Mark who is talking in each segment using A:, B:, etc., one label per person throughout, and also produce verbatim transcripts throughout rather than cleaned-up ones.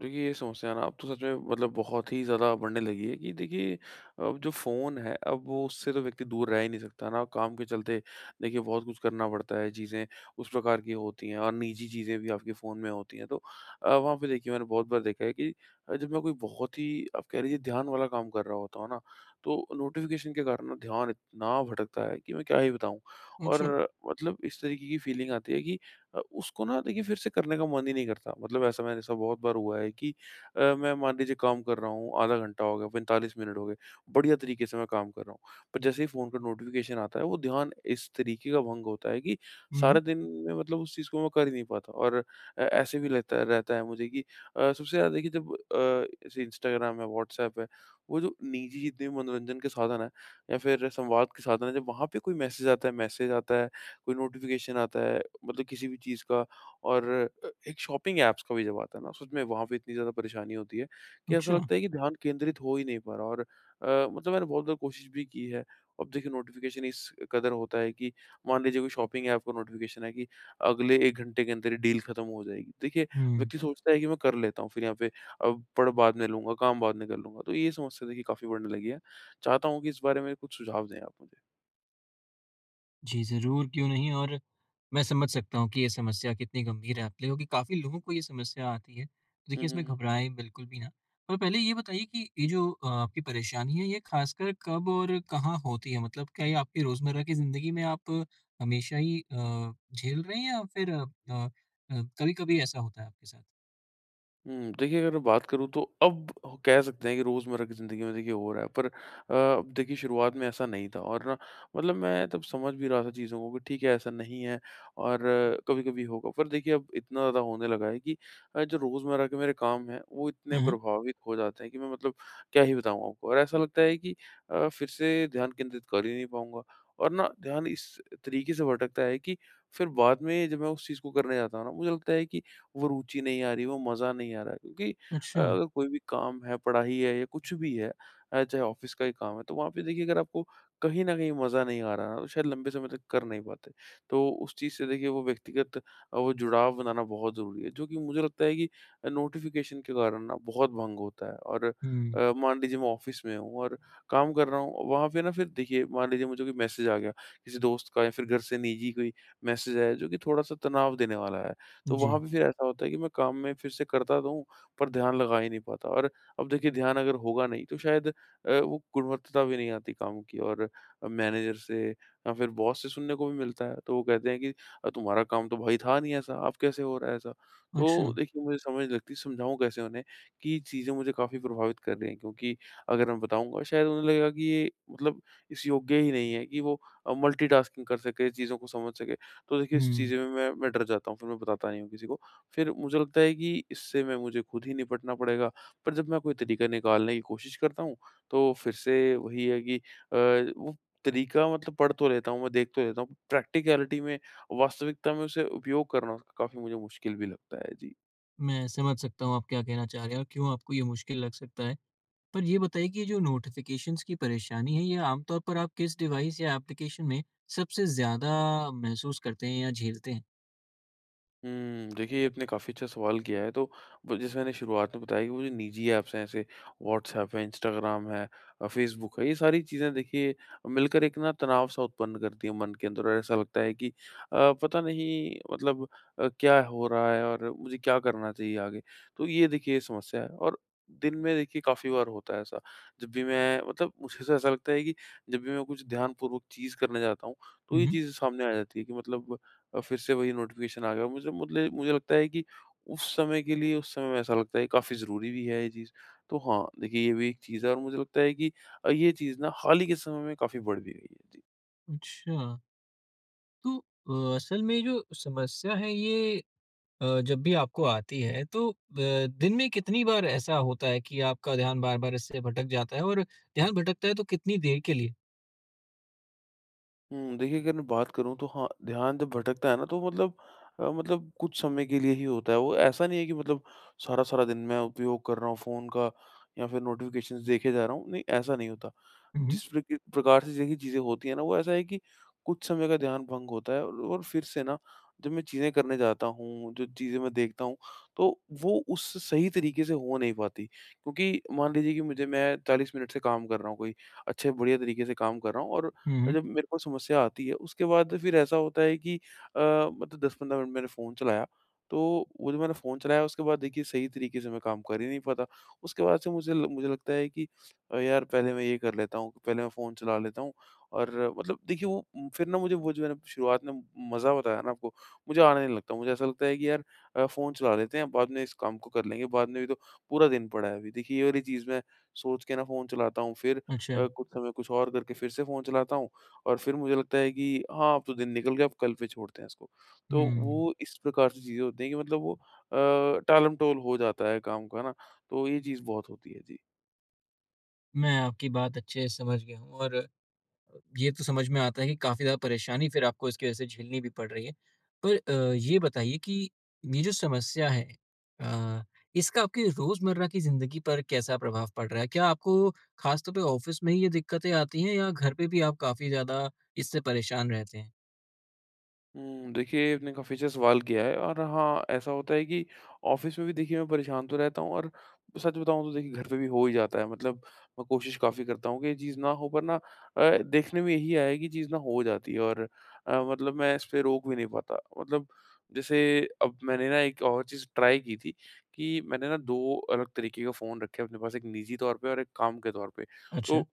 A: देखिए, ये समस्या ना अब तो सच में मतलब बहुत ही ज़्यादा बढ़ने लगी है कि देखिए, अब जो फ़ोन है, अब वो उससे तो व्यक्ति दूर रह ही नहीं सकता ना, काम के चलते देखिए बहुत कुछ करना पड़ता है, चीज़ें उस प्रकार की होती हैं और निजी चीज़ें भी आपके फ़ोन में होती हैं। तो अ, वहाँ पे देखिए मैंने बहुत बार देखा है कि अ, जब मैं कोई बहुत ही आप कह लीजिए ध्यान वाला काम कर रहा होता हूँ ना, तो नोटिफ़िकेशन के कारण ना ध्यान इतना भटकता है कि मैं क्या ही बताऊँ।
B: अच्छा।
A: और मतलब इस तरीके की फ़ीलिंग आती है कि अ, उसको ना देखिए फिर से करने का मन ही नहीं करता। मतलब ऐसा मेरे साथ बहुत बार हुआ है कि अ, मैं मान लीजिए काम कर रहा हूँ, आधा घंटा हो गया, पैंतालीस मिनट हो गए, बढ़िया तरीके से मैं काम कर रहा हूँ। पर जैसे ही फ़ोन का नोटिफ़िकेशन आता है, वो ध्यान इस तरीके का भंग होता है कि
B: हुँ,
A: सारे दिन में मतलब उस चीज़ को मैं कर ही नहीं पाता और अ, ऐसे भी लगता रहता है मुझे कि अ, सबसे ज़्यादा देखिए जब अ, जैसे इंस्टाग्राम है, व्हाट्सऐप है, वो जो निजी जितने भी मनोरंजन के साधन हैं या फिर संवाद के साधन हैं, जब वहाँ पे कोई मैसेज आता है मैसेज आता है, कोई नोटिफ़िकेशन आता है, मतलब किसी भी चीज़ का और अ, एक शॉपिंग ऐप्स का भी जब आता है ना, सच में वहाँ पे इतनी ज़्यादा परेशानी होती है कि ऐसा
B: अच्छा।
A: लगता है कि ध्यान केंद्रित हो ही नहीं पा रहा और अ, मतलब मैंने बहुत बार कोशिश भी की है। अब देखिए नोटिफ़िकेशन इस कदर होता है कि मान लीजिए कोई शॉपिंग ऐप का नोटिफ़िकेशन है कि अगले एक घंटे के अंदर ही डील खत्म हो जाएगी। देखिए,
B: हुँ।
A: व्यक्ति सोचता है कि मैं कर लेता हूँ, फिर यहाँ पे अब पढ़ बाद में लूँगा, काम बाद में कर लूँगा। तो ये समस्या देखिए काफ़ी बढ़ने लगी है। चाहता हूँ कि इस बारे में कुछ सुझाव दें आप मुझे।
B: जी, ज़रूर, क्यों नहीं, और मैं समझ सकता हूँ कि ये समस्या कितनी गंभीर है आपके लिए, क्योंकि काफ़ी लोगों को ये समस्या आती है। तो
A: हुँ,
B: देखिए,
A: हुँ,
B: इसमें
A: हुँ।
B: घबराएँ बिल्कुल भी ना। पर पहले ये बताइए कि ये जो अ, आपकी परेशानी है, ये ख़ासकर कब और कहाँ होती है? मतलब क्या ये आपकी रोज़मर्रा की ज़िंदगी में आप हमेशा ही अ, झेल रहे हैं, या फिर अ अ, कभी-कभी ऐसा होता है आपके साथ?
A: हुँ, देखिए अगर मैं बात करूँ तो अब ह कह सकते हैं कि रोज़मर्रा की ज़िंदगी में देखिए हो रहा है पर अ, अब देखिए शुरुआत में ऐसा नहीं था और ना मतलब मैं तब समझ भी रहा था चीज़ों को कि ठीक है ऐसा नहीं है और कभी-कभी होगा। पर देखिए अब इतना ज़्यादा होने लगा है कि अ, जो रोज़मर्रा के मेरे काम हैं वो इतने
B: हुँ, हुँ।
A: प्रभावित हो जाते हैं कि मैं मतलब क्या ही बताऊँ आपको और ऐसा लगता है कि अ, फिर से ध्यान केंद्रित कर ही नहीं पाऊँगा। और ना ध्यान इस तरीके से भटकता है कि फिर बाद में जब मैं उस चीज़ को करने जाता हूँ ना मुझे लगता है कि वो रुचि नहीं आ रही, वो मज़ा नहीं आ रहा है। क्योंकि अ,
B: अच्छा।
A: अगर कोई भी काम है, पढ़ाई है या कुछ भी है अ, चाहे ऑफ़िस का ही काम है, तो वहाँ पे देखिए अगर आपको कहीं न कहीं मज़ा नहीं आ रहा है, तो शायद लंबे समय तक कर नहीं पाते। तो उस चीज़ से देखिए वो व्यक्तिगत अ, वो जुड़ाव बनाना बहुत ज़रूरी है, जो कि मुझे लगता है कि अ, नोटिफ़िकेशन के कारण ना बहुत भंग होता है और
B: हुँ।
A: अ, मान लीजिए मैं ऑफ़िस में हूँ और काम कर रहा हूँ, वहाँ पे ना फिर देखिए मान लीजिए मुझे कोई मैसेज आ गया, किसी दोस्त का या फिर घर से निजी कोई मैसेज आया, जो कि थोड़ा-सा तनाव देने वाला है। तो वहाँ
B: जी।
A: पे फिर ऐसा होता है कि मैं काम में फिर से करता तो हूँ, पर ध्यान लगा ही नहीं पाता और अब देखिए ध्यान अगर होगा नहीं तो शायद अ, वो गुणवत्ता भी नहीं आती काम की और मैनेजर से या फिर बॉस से सुनने को भी मिलता है। तो वो कहते हैं कि "अ, तुम्हारा काम तो भाई था नहीं ऐसा, अब कैसे हो रहा है ऐसा?"
B: अच्छा।
A: तो देखिए मुझे समझ नहीं लगती, समझाऊँ कैसे उन्हें कि चीज़ें मुझे काफ़ी प्रभावित कर रही हैं क्योंकि अगर मैं बताऊँगा शायद उन्हें लगेगा कि ये मतलब इस योग्य ही नहीं है कि वो अ, मल्टीटास्किंग कर सके, चीज़ों को समझ सके। तो देखिए इस
B: हुँ।
A: चीज़ में मैं मैं डर जाता हूँ, फिर मैं बताता नहीं हूँ किसी को। फिर मुझे लगता है कि इससे मैं मुझे खुद ही निपटना पड़ेगा, पर जब मैं कोई तरीका निकालने की कोशिश करता हूँ, तो फिर से वही है कि अ, वो तरीका मतलब पढ़ तो लेता हूँ, मैं देख तो लेता हूँ, प्रैक्टिकैलिटी में, वास्तविकता में उसे उपयोग करना काफ़ी मुझे मुश्किल भी लगता है। जी।
B: मैं समझ सकता हूँ आप क्या कहना चाह रहे हैं, और क्यों आपको ये मुश्किल लग सकता है। पर ये बताइए कि ये जो नोटिफ़िकेशंस की परेशानी है, ये आमतौर पर आप किस डिवाइस या एप्लीकेशन में सबसे ज़्यादा महसूस करते हैं या झेलते हैं?
A: हुँ, देखिए ये आपने काफ़ी अच्छा सवाल किया है, तो ब जैसे मैंने शुरुआत में बताया कि वो जो निजी ऐप्स हैं ऐसे व्हाट्सऐप है, इंस्टाग्राम है अ, फेसबुक है, ये सारी चीज़ें देखिए मिलकर एक ना तनाव-सा उत्पन्न करती हैं मन के अंदर और ऐसा लगता है कि अ, पता नहीं मतलब अ, क्या हो रहा है और मुझे क्या करना चाहिए आगे? तो ये देखिए समस्या है और दिन में देखिए काफ़ी बार होता है ऐसा, जब भी मैं मतलब मुझे तो ऐसा लगता है कि जब भी मैं कुछ ध्यानपूर्वक चीज़ करने जाता हूँ, तो
B: हुँ,
A: ये
B: हुँ।
A: चीज़ सामने आ जाती है कि मतलब और फिर से वही नोटिफिकेशन आ गया। मुझे मुतले मुझे लगता है कि उस समय के लिए उस समय में ऐसा लगता है काफ़ी ज़रूरी भी है ये चीज़। तो हाँ, देखिए ये भी एक चीज़ है और मुझे लगता है कि अ, ये चीज़ ना हाल ही के समय में काफ़ी बढ़ भी गई है। जी।
B: अच्छा, तो अ, असल में ये जो समस्या है, ये अ, जब भी आपको आती है, तो अ, दिन में कितनी बार ऐसा होता है कि आपका ध्यान बार-बार इससे भटक जाता है, और ध्यान भटकता है तो कितनी देर के लिए?
A: हुँ, देखिए अगर मैं बात करूँ तो हाँ, ध्यान जब भटकता है ना तो मतलब अ, मतलब कुछ समय के लिए ही होता है वो। ऐसा नहीं है कि मतलब सारा-सारा दिन मैं उपयोग कर रहा हूँ फ़ोन का या फिर नोटिफिकेशंस देखे जा रहा हूँ। नहीं, ऐसा नहीं होता।
B: हुँ, हुँ।
A: जिस प्रक प्रकार से देखिए चीज़ें होती हैं ना, वो ऐसा है कि कुछ समय का ध्यान भंग होता है और और फिर से ना जब मैं चीज़ें करने जाता हूँ, जो चीज़ें मैं देखता हूँ, तो वो उस सही तरीके से हो नहीं पाती। क्योंकि मान लीजिए कि मुझे मैं चालीस मिनट से काम कर रहा हूँ कोई, अच्छे बढ़िया तरीके से काम कर रहा हूँ और
B: हुँ, हुँ।
A: जब मेरे को समस्या आती है, उसके बाद फिर ऐसा होता है कि अ, मतलब दस पंद्रह मिनट मैंने फ़ोन चलाया, तो वो जो मैंने फ़ोन चलाया उसके बाद देखिए सही तरीके से मैं काम कर ही नहीं पाता। उसके बाद से मुझे ल मुझे लगता है कि अ, यार पहले मैं ये कर लेता हूँ, पहले मैं फ़ोन चला लेता हूँ और मतलब देखिए वो उम, फिर ना मुझे वो जो मैंने शुरुआत में मज़ा बताया ना आपको, मुझे आने नहीं लगता। मुझे ऐसा लगता है कि यार अ, फ़ोन चला लेते हैं, बाद में इस काम को कर लेंगे, बाद में भी तो पूरा दिन पड़ा है अभी। देखिए ये वाली चीज़ मैं सोच के ना फ़ोन चलाता हूँ, फिर
B: अच्छा।
A: अ, कुछ समय कुछ और करके फिर से फ़ोन चलाता हूँ और फिर मुझे लगता है कि हाँ, अब तो दिन निकल गया, अब कल पे छोड़ते हैं इसको। तो
B: हुँ,
A: वो इस प्रकार से चीज़ें होती हैं कि मतलब वो अ, टालम-टोल हो जाता है काम का ना, तो ये चीज़ बहुत होती है। जी।
B: मैं आपकी बात अच्छे से समझ गया हूँ, और ये तो समझ में आता है कि काफ़ी ज़्यादा परेशानी फिर आपको इसकी वजह से झेलनी भी पड़ रही है। पर अ, ये बताइए कि ये जो समस्या है, अ, इसका आपकी रोज़मर्रा की ज़िंदगी पर कैसा प्रभाव पड़ रहा है? क्या आपको ख़ास तौर पे ऑफ़िस में ही ये दिक्कतें आती हैं, या घर पे भी आप काफ़ी ज़्यादा इससे परेशान रहते हैं?
A: हुँ, देखिए आपने काफ़ी अच्छा सवाल किया है और हाँ, ऐसा होता है कि ऑफ़िस में भी देखिए मैं परेशान तो रहता हूँ और सच बताऊँ तो देखिए घर पे भी हो ही जाता है मतलब मैं कोशिश काफ़ी करता हूँ कि ये चीज़ ना हो पर ना अ, देखने में यही आया है कि चीज़ ना हो जाती है और अ, मतलब मैं इस पे रोक भी नहीं पाता। मतलब जैसे अब मैंने ना एक और चीज़ ट्राई की थी कि मैंने ना दो अलग तरीके का फ़ोन रखे अपने पास, एक निजी तौर पे और एक काम के तौर पे।
B: अच्छा,
A: तो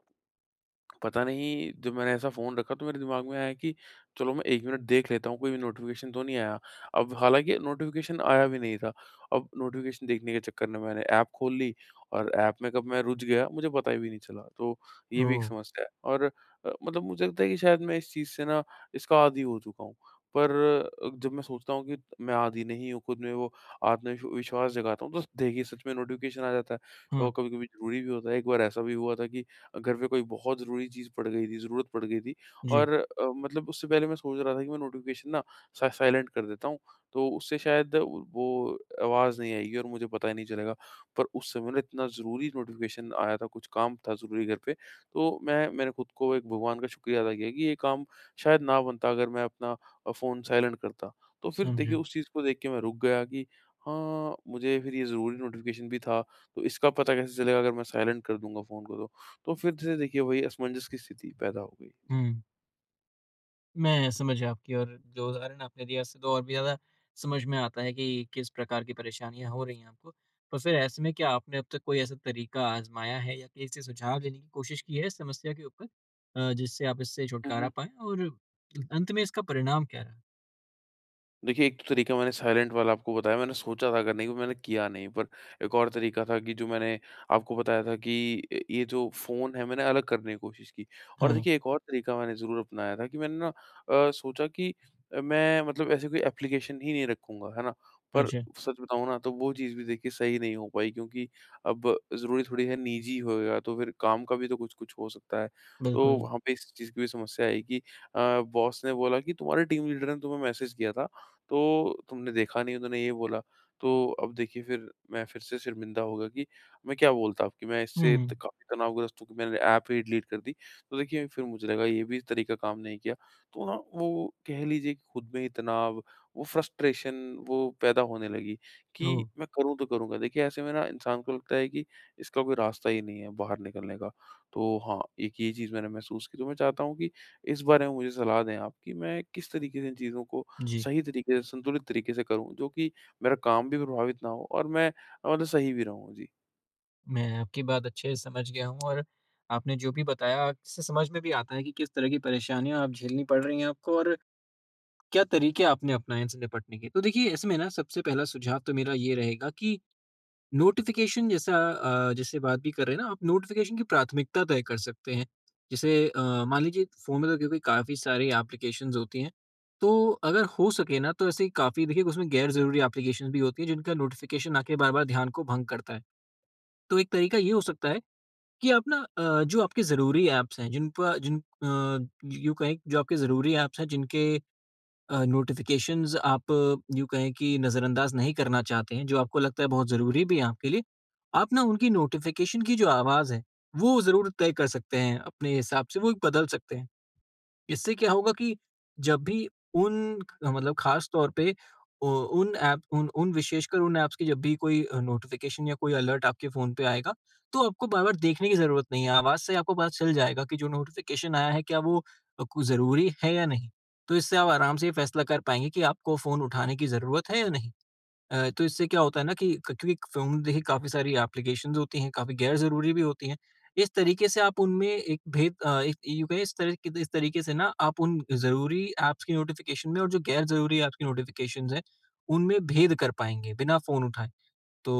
A: पता नहीं जब मैंने ऐसा फ़ोन रखा तो मेरे दिमाग में आया कि चलो मैं एक मिनट देख लेता हूँ कोई नोटिफ़िकेशन तो नहीं आया। अब हालाँकि नोटिफ़िकेशन आया भी नहीं था। अब नोटिफ़िकेशन देखने के चक्कर में मैंने ऐप खोल ली और ऐप में कब मैं रुझ गया मुझे पता ही भी नहीं चला। तो ये भी एक
B: ओह!
A: समस्या है और अ, मतलब मुझे लगता है कि शायद मैं इस चीज़ से ना इसका आदी हो चुका हूँ। पर अ, जब मैं सोचता हूँ कि मैं आदी नहीं हूँ, खुद में वो आत्मविश विश्वास जगाता हूँ तो देखिए सच में नोटिफ़िकेशन आ जाता है
B: हाँ,
A: और कभी-कभी ज़रूरी भी होता है। एक बार ऐसा भी हुआ था कि घर पे कोई बहुत ज़रूरी चीज़ पड़ गई थी, ज़रूरत पड़ गई थी
B: जी,
A: और अ, मतलब उससे पहले मैं सोच रहा था कि मैं नोटिफ़िकेशन ना सा साइलेंट कर देता हूँ, तो उससे शायद वो आवाज़ नहीं आएगी और मुझे पता ही नहीं चलेगा। पर उस समय ना इतना ज़रूरी नोटिफ़िकेशन आया था, कुछ काम था ज़रूरी घर पे, तो मैं मैंने खुद को एक भगवान का शुक्रिया अदा किया कि ये काम शायद ना बनता अगर मैं अपना अ, फ़ोन साइलेंट करता। तो फिर देखिए
B: समझा।
A: उस चीज़ को देख के मैं रुक गया कि हाँ, मुझे फिर ये ज़रूरी नोटिफ़िकेशन भी था, तो इसका पता कैसे चलेगा अगर मैं साइलेंट कर दूँगा फ़ोन को तो। तो फिर से देखिए वही असमंजस की स्थिति पैदा हो गई। जी।
B: हुँ। मैं समझ गया आपकी, और जो उदाहरण आपने दिया, उससे तो और भी ज़्यादा समझ में आता है कि किस प्रकार की परेशानियाँ हो रही हैं आपको। तो फिर ऐसे में क्या आपने अब तक कोई ऐसा तरीका आज़माया है या किसी से सुझाव लेने की कोशिश की है इस समस्या के ऊपर, अ, जिससे आप इससे
A: हुँ,
B: छुटकारा
A: हुँ,
B: पाएँ, और अंत में इसका परिणाम क्या रहा?
A: देखिए, एक तो तरीका मैंने साइलेंट वाला आपको बताया, मैंने सोचा था करने को, मैंने किया नहीं। पर एक और तरीका था कि जो मैंने आपको बताया था कि अ, ये जो फ़ोन है, मैंने अलग करने की कोशिश की। और
B: हाँ,
A: देखिए, एक और तरीका मैंने ज़रूर अपनाया था कि मैंने ना अ, सोचा कि अ, मैं मतलब ऐसे कोई एप्लीकेशन ही नहीं रखूँगा, है ना? पर
B: अच्छा,
A: सच बताऊँ ना, तो वो चीज़ भी देखिए सही नहीं हो पाई क्योंकि अब ज़रूरी थोड़ी है निजी होएगा, तो फिर काम का भी तो कुछ-कुछ हो सकता है। तो
B: बिल्कुल।
A: वहाँ पे इस चीज़ की भी समस्या आई कि अ, बॉस ने बोला कि तुम्हारे टीम लीडर ने तुम्हें मैसेज किया था तो तुमने देखा नहीं उन्होंने ये बोला। तो अब देखिए फिर मैं फिर से शर्मिंदा हो गया कि मैं क्या बोलता अब कि मैं इससे त
B: हुँ,
A: काफ़ी तनावग्रस्त हूँ कि मैंने ऐप ही डिलीट कर दी। तो देखिए फिर मुझे लगा ये भी तरीका काम नहीं किया। तो ना वो कह लीजिए कि खुद में ही तनाव, वो फ्रस्ट्रेशन वो पैदा होने लगी कि
B: ओह!
A: मैं करूँ तो करूँ क्या? देखिए ऐसे में ना इंसान को लगता है कि इसका कोई रास्ता ही नहीं है बाहर निकलने का। तो हाँ, एक ये चीज़ मैंने महसूस की। तो मैं चाहता हूँ कि इस बारे में मुझे सलाह दें आप कि मैं किस तरीके से इन चीज़ों को
B: जी,
A: सही तरीके से, संतुलित तरीके से करूँ, जो कि मेरा काम भी प्रभावित ना हो और मैं अ, मतलब सही भी रहूँ। जी।
B: मैं आपकी बात अच्छे से समझ गया हूँ, और आपने जो भी बताया, इससे समझ में भी आता है कि किस तरह की परेशानियाँ अब झेलनी पड़ रही हैं आपको, और क्या तरीके आपने अपनाए इनसे निपटने के। तो देखिए, इसमें ना सबसे पहला सुझाव तो मेरा ये रहेगा कि नोटिफ़िकेशन जैसा, अ, जैसे बात भी कर रहे हैं ना, आप नोटिफ़िकेशन की प्राथमिकता तय कर सकते हैं। जैसे अ, मान लीजिए, फ़ोन में तो क्योंकि काफ़ी सारी एप्लीकेशंस होती हैं, तो अगर हो सके ना, तो ऐसे काफ़ी देखिए उसमें गैर ज़रूरी एप्लीकेशंस भी होती हैं, जिनका नोटिफ़िकेशन आके बार-बार ध्यान को भंग करता है। तो एक तरीका ये हो सकता है कि आप ना अ, जो आपके ज़रूरी ऐप्स हैं, जिन पर जिन अ, यूँ कहें, जो आपके ज़रूरी ऐप्स हैं, जिनके अ, नोटिफ़िकेशंस आप यूँ कहें कि नज़रअंदाज नहीं करना चाहते हैं, जो आपको लगता है बहुत ज़रूरी भी है आपके लिए, आप ना उनकी नोटिफ़िकेशन की जो आवाज़ है, वो ज़रूर तय कर सकते हैं अपने हिसाब से, वो बदल सकते हैं। इससे क्या होगा कि जब भी उन मतलब, खास तौर पे उ उन ऐप उन उन विशेषकर उन ऐप्स की, जब भी कोई अ, नोटिफ़िकेशन या कोई अलर्ट आपके फ़ोन पे आएगा, तो आपको बार-बार देखने की ज़रूरत नहीं है। आवाज़ से आपको पता चल जाएगा कि जो नोटिफ़िकेशन आया है, क्या वो अ, कु ज़रूरी है या नहीं। तो इससे आप आराम से ये फैसला कर पाएँगे कि आपको फ़ोन उठाने की ज़रूरत है या नहीं। अ, तो इससे क्या होता है ना कि क क्योंकि फ़ोन में देखिए काफ़ी सारी एप्लीकेशंस होती हैं, काफ़ी गैर ज़रूरी भी होती हैं। इस तरीके से आप उनमें एक भेद, अ, एक यूँ कहें, इस तरह इस तरीके से ना आप उन ज़रूरी ऐप्स की नोटिफ़िकेशन में, और जो गैर ज़रूरी ऐप्स की नोटिफ़िकेशंस हैं, उनमें भेद कर पाएँगे बिना फ़ोन उठाए। तो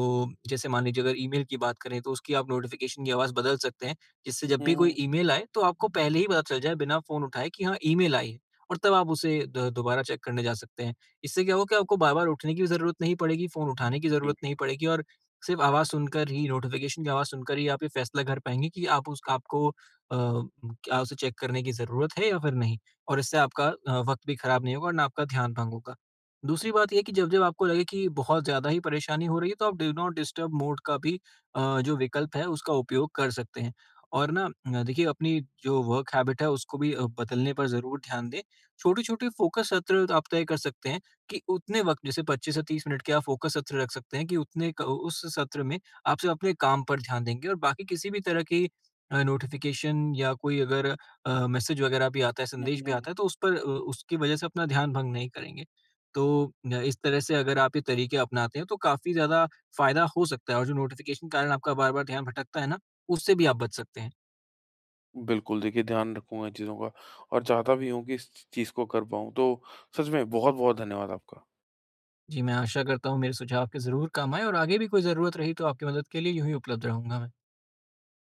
B: जैसे मान लीजिए, अगर ईमेल की बात करें, तो उसकी आप नोटिफिकेशन की आवाज़ बदल सकते हैं, जिससे जब
A: हुँ,
B: भी कोई
A: हुँ।
B: ईमेल आए, तो आपको पहले ही पता चल जाए बिना फ़ोन उठाए कि हाँ, ईमेल आई है, और तब आप उसे द दोबारा चेक करने जा सकते हैं। इससे क्या होगा कि आपको बार-बार उठने की भी ज़रूरत नहीं पड़ेगी, फ़ोन उठाने की
A: बिल
B: ज़रूरत नहीं पड़ेगी, और सिर्फ़ आवाज़ सुनकर ही नोटिफिकेशन की आवाज़ सुनकर ही आप ये फ़ैसला कर पाएँगे कि आप उस आपको अ, क्या उसे चेक करने की ज़रूरत है या फिर नहीं, और इससे आपका अ, वक़्त भी खराब नहीं होगा, और ना आपका ध्यान भंग होगा। दूसरी बात ये है कि जब-जब आपको लगे कि बहुत ज़्यादा ही परेशानी हो रही है, तो आप डू नॉट डिस्टर्ब मोड का भी, अ, जो विकल्प है, उसका उपयोग कर सकते हैं। और ना अ, देखिए, अपनी जो वर्क हैबिट है, उसको भी अ, बदलने पर ज़रूर ध्यान दें। छोटे-छोटे फोकस सत्र आप तय कर सकते हैं, कि उतने वक़्त, जैसे पच्चीस से तीस मिनट के आप फोकस सत्र रख सकते हैं, कि उतने क उस सत्र में आप सिर्फ़ अपने काम पर ध्यान देंगे, और बाकी किसी भी तरह की अ, नोटिफ़िकेशन, या कोई अगर अ, मैसेज वगैरह भी आता है,
A: हुँ,
B: संदेश
A: हुँ,
B: भी
A: हुँ।
B: आता है, तो उस पर अ, उसकी वजह से अपना ध्यान भंग नहीं करेंगे। तो अ, इस तरह से अगर आप ये तरीके अपनाते हैं, तो काफ़ी ज़्यादा फ़ायदा हो सकता है, और जो नोटिफ़िकेशन के कारण आपका बार-बार ध्यान भटकता है ना, उससे भी आप बच सकते हैं।
A: बिल्कुल, देखिए ध्यान रखूँगा इन चीज़ों का और चाहता भी हूँ कि इस चीज़ को कर पाऊँ। तो सच में बहुत-बहुत धन्यवाद आपका।
B: जी, मैं आशा करता हूँ मेरे सुझाव आपके ज़रूर काम आएँ, और आगे भी कोई ज़रूरत रही, तो आपकी मदद के लिए यूँ ही उपलब्ध रहूँगा मैं।